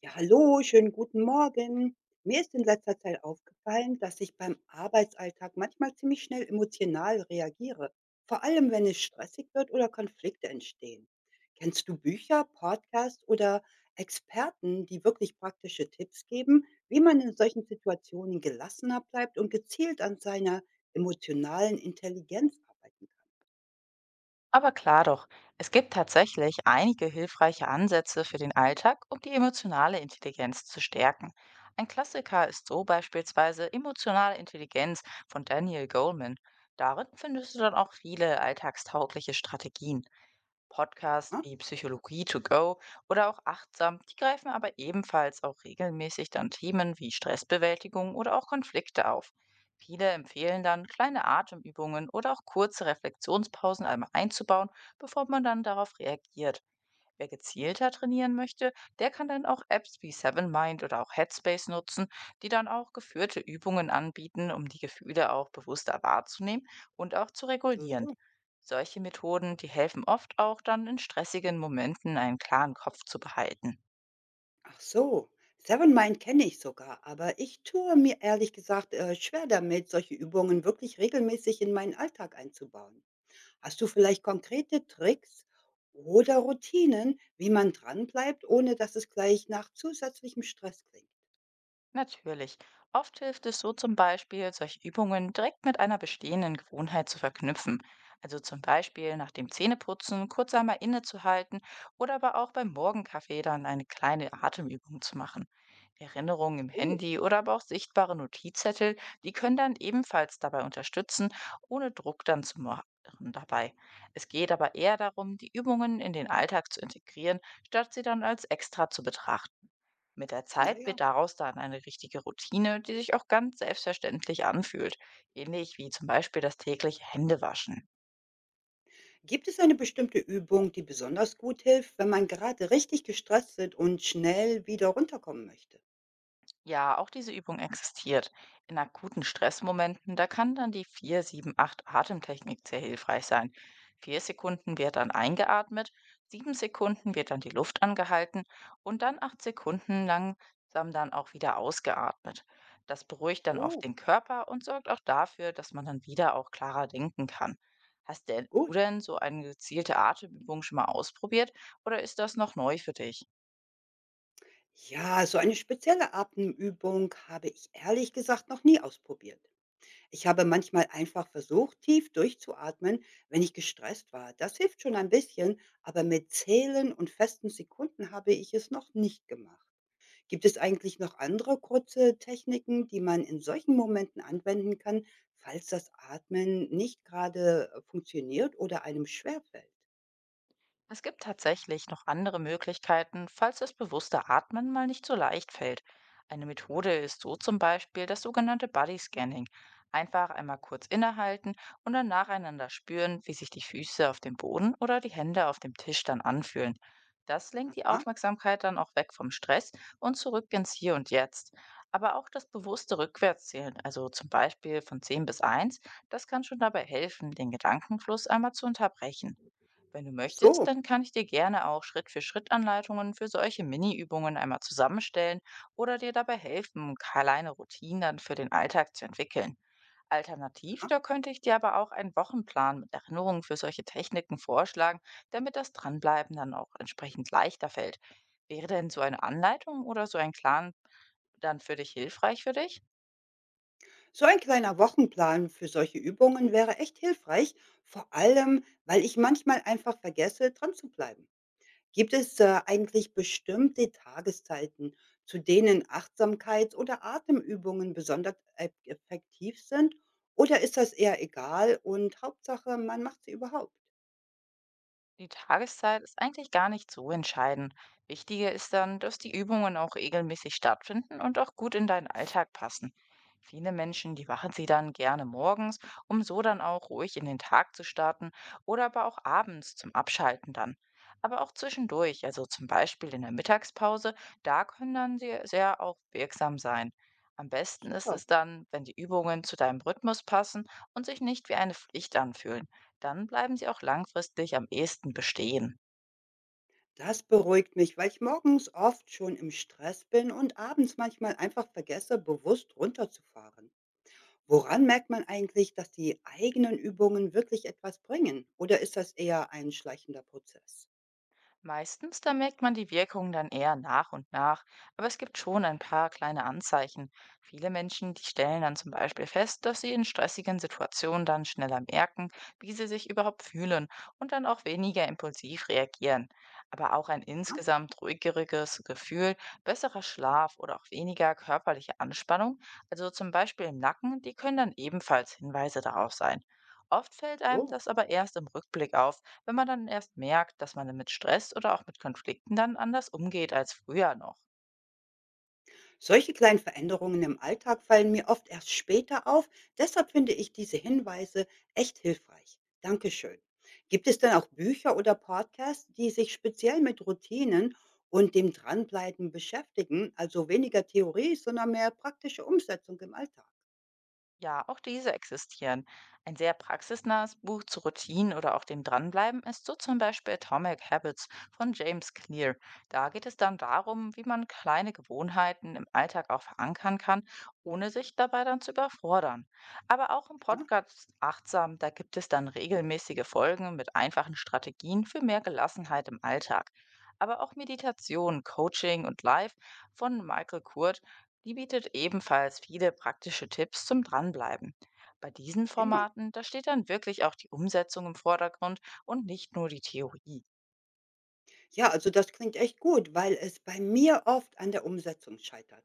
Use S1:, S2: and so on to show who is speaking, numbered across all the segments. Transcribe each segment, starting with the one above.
S1: Ja, hallo, schönen guten Morgen. Mir ist in letzter Zeit aufgefallen, dass ich beim Arbeitsalltag manchmal ziemlich schnell emotional reagiere, vor allem wenn es stressig wird oder Konflikte entstehen. Kennst du Bücher, Podcasts oder Experten, die wirklich praktische Tipps geben, wie man in solchen Situationen gelassener bleibt und gezielt an seiner emotionalen Intelligenz arbeiten
S2: Aber klar doch, es gibt tatsächlich einige hilfreiche Ansätze für den Alltag, um die emotionale Intelligenz zu stärken. Ein Klassiker ist so beispielsweise Emotionale Intelligenz von Daniel Goleman. Darin findest du dann auch viele alltagstaugliche Strategien. Podcasts
S1: kann? Ne?
S2: wie Psychologie to go oder auch Achtsam, die greifen aber ebenfalls auch regelmäßig dann Themen wie Stressbewältigung oder auch Konflikte auf. Viele empfehlen dann, kleine Atemübungen oder auch kurze Reflexionspausen einmal einzubauen, bevor man dann darauf reagiert. Wer gezielter trainieren möchte, der kann dann auch Apps wie Seven Mind oder auch Headspace nutzen, die dann auch geführte Übungen anbieten, um die Gefühle auch bewusster wahrzunehmen und auch zu
S1: So,
S2: regulieren.
S1: so.
S2: Solche Methoden, die helfen oft auch dann in stressigen Momenten einen klaren Kopf zu behalten.
S1: Ach so, Seven Mind kenne ich sogar, aber ich tue mir ehrlich gesagt schwer damit, solche Übungen wirklich regelmäßig in meinen Alltag einzubauen. Hast du vielleicht konkrete Tricks oder Routinen, wie man dranbleibt, ohne dass es gleich nach zusätzlichem Stress klingt?
S2: Natürlich. Oft hilft es so zum Beispiel, solche Übungen direkt mit einer bestehenden Gewohnheit zu verknüpfen. Also zum Beispiel nach dem Zähneputzen kurz einmal innezuhalten oder aber auch beim Morgenkaffee dann eine kleine Atemübung zu machen. Erinnerungen im
S1: Oh,
S2: Handy oder aber auch sichtbare Notizzettel, die können dann ebenfalls dabei unterstützen, ohne Druck dann zu machen dabei. Es geht aber eher darum, die Übungen in den Alltag zu integrieren, statt sie dann als extra zu betrachten. Mit der
S1: ja,
S2: Zeit
S1: ja.
S2: wird daraus dann eine richtige Routine, die sich auch ganz selbstverständlich anfühlt, ähnlich wie zum Beispiel das tägliche Händewaschen.
S1: Gibt es eine bestimmte Übung, die besonders gut hilft, wenn man gerade richtig gestresst ist und schnell wieder runterkommen möchte?
S2: Ja, auch diese Übung existiert. In akuten Stressmomenten, da kann dann die 4-7-8 atemtechnik sehr hilfreich sein. 4 Sekunden wird dann eingeatmet, 7 Sekunden wird dann die Luft angehalten und dann 8 Sekunden langsam dann auch wieder ausgeatmet. Das beruhigt dann oft
S1: So,
S2: den Körper und sorgt auch dafür, dass man dann wieder auch klarer denken kann. Hast denn
S1: gut.
S2: du denn so eine gezielte Atemübung schon mal ausprobiert oder ist das noch neu für dich?
S1: Ja, so eine spezielle Atemübung habe ich ehrlich gesagt noch nie ausprobiert. Ich habe manchmal einfach versucht, tief durchzuatmen, wenn ich gestresst war. Das hilft schon ein bisschen, aber mit Zählen und festen Sekunden habe ich es noch nicht gemacht. Gibt es eigentlich noch andere kurze Techniken, die man in solchen Momenten anwenden kann, falls das Atmen nicht gerade funktioniert oder einem schwerfällt?
S2: Es gibt tatsächlich noch andere Möglichkeiten, falls das bewusste Atmen mal nicht so leicht fällt. Eine Methode ist so zum Beispiel das sogenannte Body Scanning. Einfach einmal kurz innehalten und dann nacheinander spüren, wie sich die Füße auf dem Boden oder die Hände auf dem Tisch dann anfühlen. Das lenkt die
S1: Aha,
S2: Aufmerksamkeit dann auch weg vom Stress und zurück ins Hier und Jetzt. Aber auch das bewusste Rückwärtszählen, also zum Beispiel von 10 bis eins, das kann schon dabei helfen, den Gedankenfluss einmal zu unterbrechen. Wenn du möchtest,
S1: so.
S2: dann kann ich dir gerne auch Schritt-für-Schritt-Anleitungen für Schritt Anleitungen für solche Mini-Übungen einmal zusammenstellen oder dir dabei helfen, kleine Routinen dann für den Alltag zu entwickeln. Alternativ, da könnte ich dir aber auch einen Wochenplan mit Erinnerungen für solche Techniken vorschlagen, damit das Dranbleiben dann auch entsprechend leichter fällt. Wäre denn so eine Anleitung oder so ein Plan dann für dich hilfreich für dich?
S1: So ein kleiner Wochenplan für solche Übungen wäre echt hilfreich, vor allem, weil ich manchmal einfach vergesse, dran zu bleiben. Gibt es eigentlich bestimmte Tageszeiten, zu denen Achtsamkeits- oder Atemübungen besonders effektiv sind? Oder ist das eher egal und Hauptsache, man macht sie überhaupt?
S2: Die Tageszeit ist eigentlich gar nicht so entscheidend. Wichtiger ist dann, dass die Übungen auch regelmäßig stattfinden und auch gut in deinen Alltag passen. Viele Menschen, die machen sie dann gerne morgens, um so dann auch ruhig in den Tag zu starten oder aber auch abends zum Abschalten dann. Aber auch zwischendurch, also zum Beispiel in der Mittagspause, da können dann sie sehr auch wirksam sein. Am besten ist
S1: Super.
S2: es dann, wenn die Übungen zu deinem Rhythmus passen und sich nicht wie eine Pflicht anfühlen. Dann bleiben sie auch langfristig am ehesten bestehen.
S1: Das beruhigt mich, weil ich morgens oft schon im Stress bin und abends manchmal einfach vergesse, bewusst runterzufahren. Woran merkt man eigentlich, dass die eigenen Übungen wirklich etwas bringen? Oder ist das eher ein schleichender Prozess?
S2: Meistens, da merkt man die Wirkung dann eher nach und nach, aber es gibt schon ein paar kleine Anzeichen. Viele Menschen, die stellen dann zum Beispiel fest, dass sie in stressigen Situationen dann schneller merken, wie sie sich überhaupt fühlen und dann auch weniger impulsiv reagieren. Aber auch ein
S1: Ach
S2: insgesamt ruhigeres Gefühl, besserer Schlaf oder auch weniger körperliche Anspannung, also zum Beispiel im Nacken, die können dann ebenfalls Hinweise darauf sein. Oft fällt einem
S1: so.
S2: das aber erst im Rückblick auf, wenn man dann erst merkt, dass man mit Stress oder auch mit Konflikten dann anders umgeht als früher noch.
S1: Solche kleinen Veränderungen im Alltag fallen mir oft erst später auf. Deshalb finde ich diese Hinweise echt hilfreich. Dankeschön. Gibt es denn auch Bücher oder Podcasts, die sich speziell mit Routinen und dem Dranbleiben beschäftigen? Also weniger Theorie, sondern mehr praktische Umsetzung im Alltag.
S2: Ja, auch diese existieren. Ein sehr praxisnahes Buch zu Routinen oder auch dem Dranbleiben ist so zum Beispiel Atomic Habits von James Clear. Da geht es dann darum, wie man kleine Gewohnheiten im Alltag auch verankern kann, ohne sich dabei dann zu überfordern. Aber auch im
S1: Ja,
S2: Podcast Achtsam, da gibt es dann regelmäßige Folgen mit einfachen Strategien für mehr Gelassenheit im Alltag. Aber auch Meditation, Coaching und Live von Michael Kurt die bietet ebenfalls viele praktische Tipps zum Dranbleiben. Bei diesen
S1: immer.
S2: Formaten, da steht dann wirklich auch die Umsetzung im Vordergrund und nicht nur die Theorie.
S1: Ja, also das klingt echt gut, weil es bei mir oft an der Umsetzung scheitert.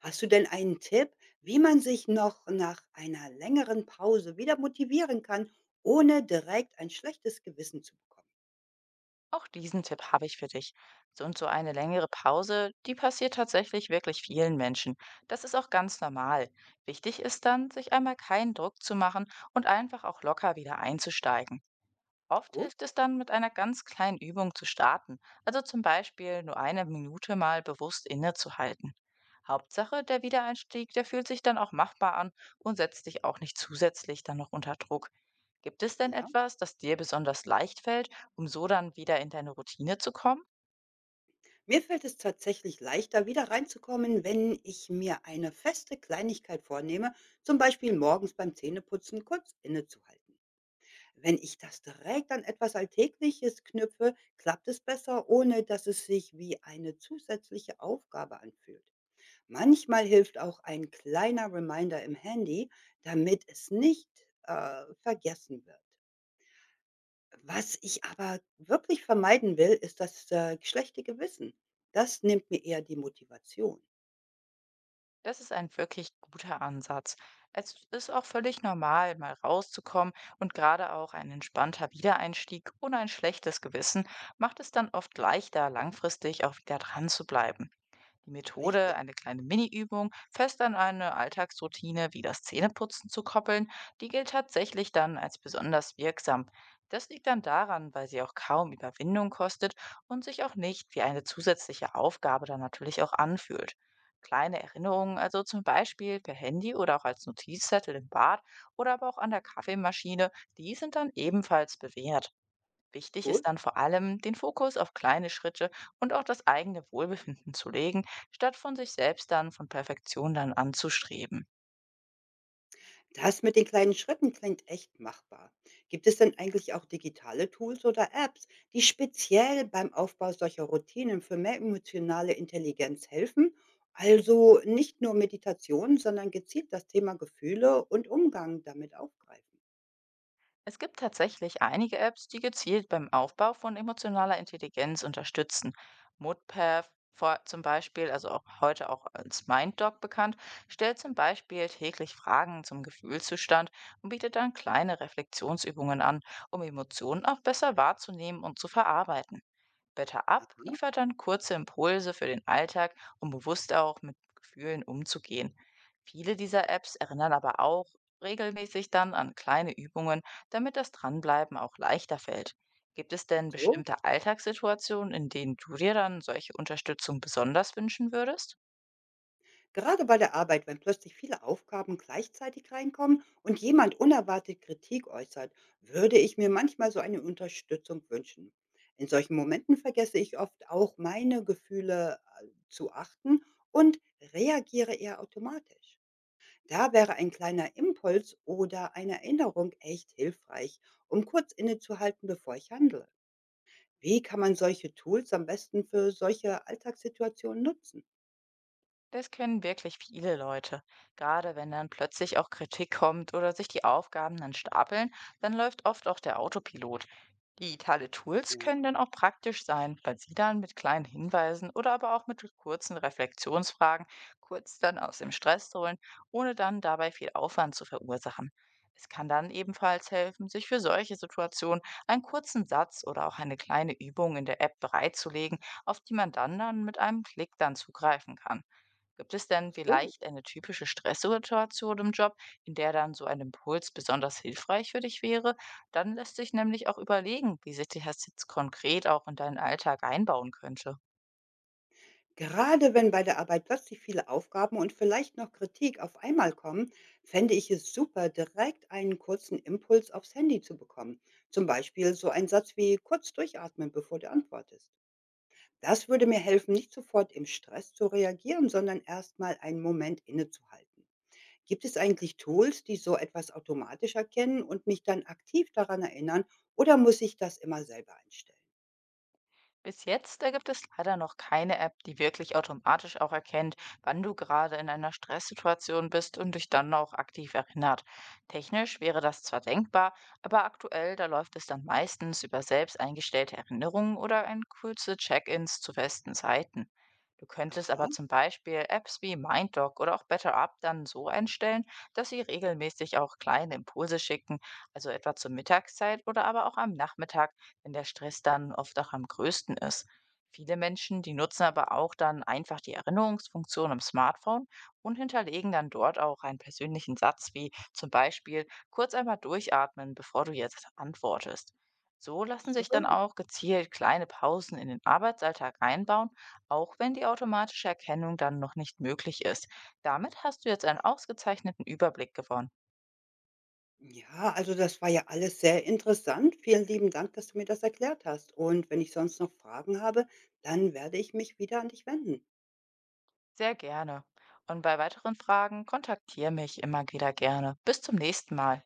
S1: Hast du denn einen Tipp, wie man sich noch nach einer längeren Pause wieder motivieren kann, ohne direkt ein schlechtes Gewissen zu bekommen?
S2: Auch diesen Tipp habe ich für dich. So und so eine längere Pause, die passiert tatsächlich wirklich vielen Menschen. Das ist auch ganz normal. Wichtig ist dann, sich einmal keinen Druck zu machen und einfach auch locker wieder einzusteigen. Oft
S1: Gut,
S2: hilft es dann, mit einer ganz kleinen Übung zu starten, also zum Beispiel nur eine Minute mal bewusst innezuhalten. Hauptsache, der Wiedereinstieg, der fühlt sich dann auch machbar an und setzt dich auch nicht zusätzlich dann noch unter Druck. Gibt es denn
S1: ja.
S2: etwas, das dir besonders leicht fällt, um so dann wieder in deine Routine zu kommen?
S1: Mir fällt es tatsächlich leichter, wieder reinzukommen, wenn ich mir eine feste Kleinigkeit vornehme, zum Beispiel morgens beim Zähneputzen kurz innezuhalten. Wenn ich das direkt an etwas Alltägliches knüpfe, klappt es besser, ohne dass es sich wie eine zusätzliche Aufgabe anfühlt. Manchmal hilft auch ein kleiner Reminder im Handy, damit es nicht vergessen wird. Was ich aber wirklich vermeiden will, ist das schlechte Gewissen. Das nimmt mir eher die Motivation.
S2: Das ist ein wirklich guter Ansatz. Es ist auch völlig normal, mal rauszukommen, und gerade auch ein entspannter Wiedereinstieg ohne ein schlechtes Gewissen macht es dann oft leichter, langfristig auch wieder dran zu bleiben. Die Methode,
S1: Richtig.
S2: eine kleine Mini-Übung, fest an eine Alltagsroutine wie das Zähneputzen zu koppeln, die gilt tatsächlich dann als besonders wirksam. Das liegt dann daran, weil sie auch kaum Überwindung kostet und sich auch nicht wie eine zusätzliche Aufgabe dann natürlich auch anfühlt. Kleine Erinnerungen, also zum Beispiel per Handy oder auch als Notizzettel im Bad oder aber auch an der Kaffeemaschine, die sind dann ebenfalls bewährt. Wichtig
S1: Gut.
S2: ist dann vor allem, den Fokus auf kleine Schritte und auch das eigene Wohlbefinden zu legen, statt von sich selbst dann von Perfektion dann anzustreben.
S1: Das mit den kleinen Schritten klingt echt machbar. Gibt es denn eigentlich auch digitale Tools oder Apps, die speziell beim Aufbau solcher Routinen für mehr emotionale Intelligenz helfen? Also nicht nur Meditation, sondern gezielt das Thema Gefühle und Umgang damit aufgreifen.
S2: Es gibt tatsächlich einige Apps, die gezielt beim Aufbau von emotionaler Intelligenz unterstützen. Moodpath zum Beispiel, also auch heute auch als MindDog bekannt, stellt zum Beispiel täglich Fragen zum Gefühlszustand und bietet dann kleine Reflexionsübungen an, um Emotionen auch besser wahrzunehmen und zu verarbeiten. Better Up
S1: Aha,
S2: liefert dann kurze Impulse für den Alltag, um bewusst auch mit Gefühlen umzugehen. Viele dieser Apps erinnern aber auch regelmäßig dann an kleine Übungen, damit das Dranbleiben auch leichter fällt. Gibt es denn
S1: so.
S2: bestimmte Alltagssituationen, in denen du dir dann solche Unterstützung besonders wünschen würdest?
S1: Gerade bei der Arbeit, wenn plötzlich viele Aufgaben gleichzeitig reinkommen und jemand unerwartet Kritik äußert, würde ich mir manchmal so eine Unterstützung wünschen. In solchen Momenten vergesse ich oft auch meine Gefühle zu achten und reagiere eher automatisch. Da wäre ein kleiner Impuls oder eine Erinnerung echt hilfreich, um kurz innezuhalten, bevor ich handle. Wie kann man solche Tools am besten für solche Alltagssituationen nutzen?
S2: Das kennen wirklich viele Leute. Gerade wenn dann plötzlich auch Kritik kommt oder sich die Aufgaben dann stapeln, dann läuft oft auch der Autopilot. Digitale Tools
S1: Ja,
S2: können dann auch praktisch sein, weil sie dann mit kleinen Hinweisen oder aber auch mit kurzen Reflexionsfragen kurz dann aus dem Stress holen, ohne dann dabei viel Aufwand zu verursachen. Es kann dann ebenfalls helfen, sich für solche Situationen einen kurzen Satz oder auch eine kleine Übung in der App bereitzulegen, auf die man dann mit einem Klick dann zugreifen kann. Gibt es
S1: ach
S2: denn
S1: so.
S2: vielleicht eine typische Stresssituation im Job, in der dann so ein Impuls besonders hilfreich für dich wäre? Dann lässt sich nämlich auch überlegen, wie sich die Hestes konkret auch in deinen Alltag einbauen könnte.
S1: Gerade wenn bei der Arbeit plötzlich viele Aufgaben und vielleicht noch Kritik auf einmal kommen, fände ich es super, direkt einen kurzen Impuls aufs Handy zu bekommen. Zum Beispiel so ein Satz wie kurz durchatmen, bevor du antwortest. Das würde mir helfen, nicht sofort im Stress zu reagieren, sondern erstmal einen Moment innezuhalten. Gibt es eigentlich Tools, die so etwas automatisch erkennen und mich dann aktiv daran erinnern, oder muss ich das immer selber einstellen?
S2: Bis jetzt, da gibt es leider noch keine App, die wirklich automatisch auch erkennt, wann du gerade in einer Stresssituation bist und dich dann auch aktiv erinnert. Technisch wäre das zwar denkbar, aber aktuell, da läuft es dann meistens über selbst eingestellte Erinnerungen oder ein kurze Check-ins zu festen Zeiten. Du könntest
S1: Aha,
S2: aber zum Beispiel Apps wie MindDoc oder auch BetterUp dann so einstellen, dass sie regelmäßig auch kleine Impulse schicken, also etwa zur Mittagszeit oder aber auch am Nachmittag, wenn der Stress dann oft auch am größten ist. Viele Menschen, die nutzen aber auch dann einfach die Erinnerungsfunktion im Smartphone und hinterlegen dann dort auch einen persönlichen Satz wie zum Beispiel kurz einmal durchatmen, bevor du jetzt antwortest. So lassen
S1: so,
S2: sich dann
S1: so.
S2: auch gezielt kleine Pausen in den Arbeitsalltag einbauen, auch wenn die automatische Erkennung dann noch nicht möglich ist. Damit hast du jetzt einen ausgezeichneten Überblick gewonnen.
S1: Ja, also das war ja alles sehr interessant. Vielen lieben Dank, dass du mir das erklärt hast. Und wenn ich sonst noch Fragen habe, dann werde ich mich wieder an dich wenden.
S2: Sehr gerne. Und bei weiteren Fragen kontaktiere mich immer wieder gerne. Bis zum nächsten Mal.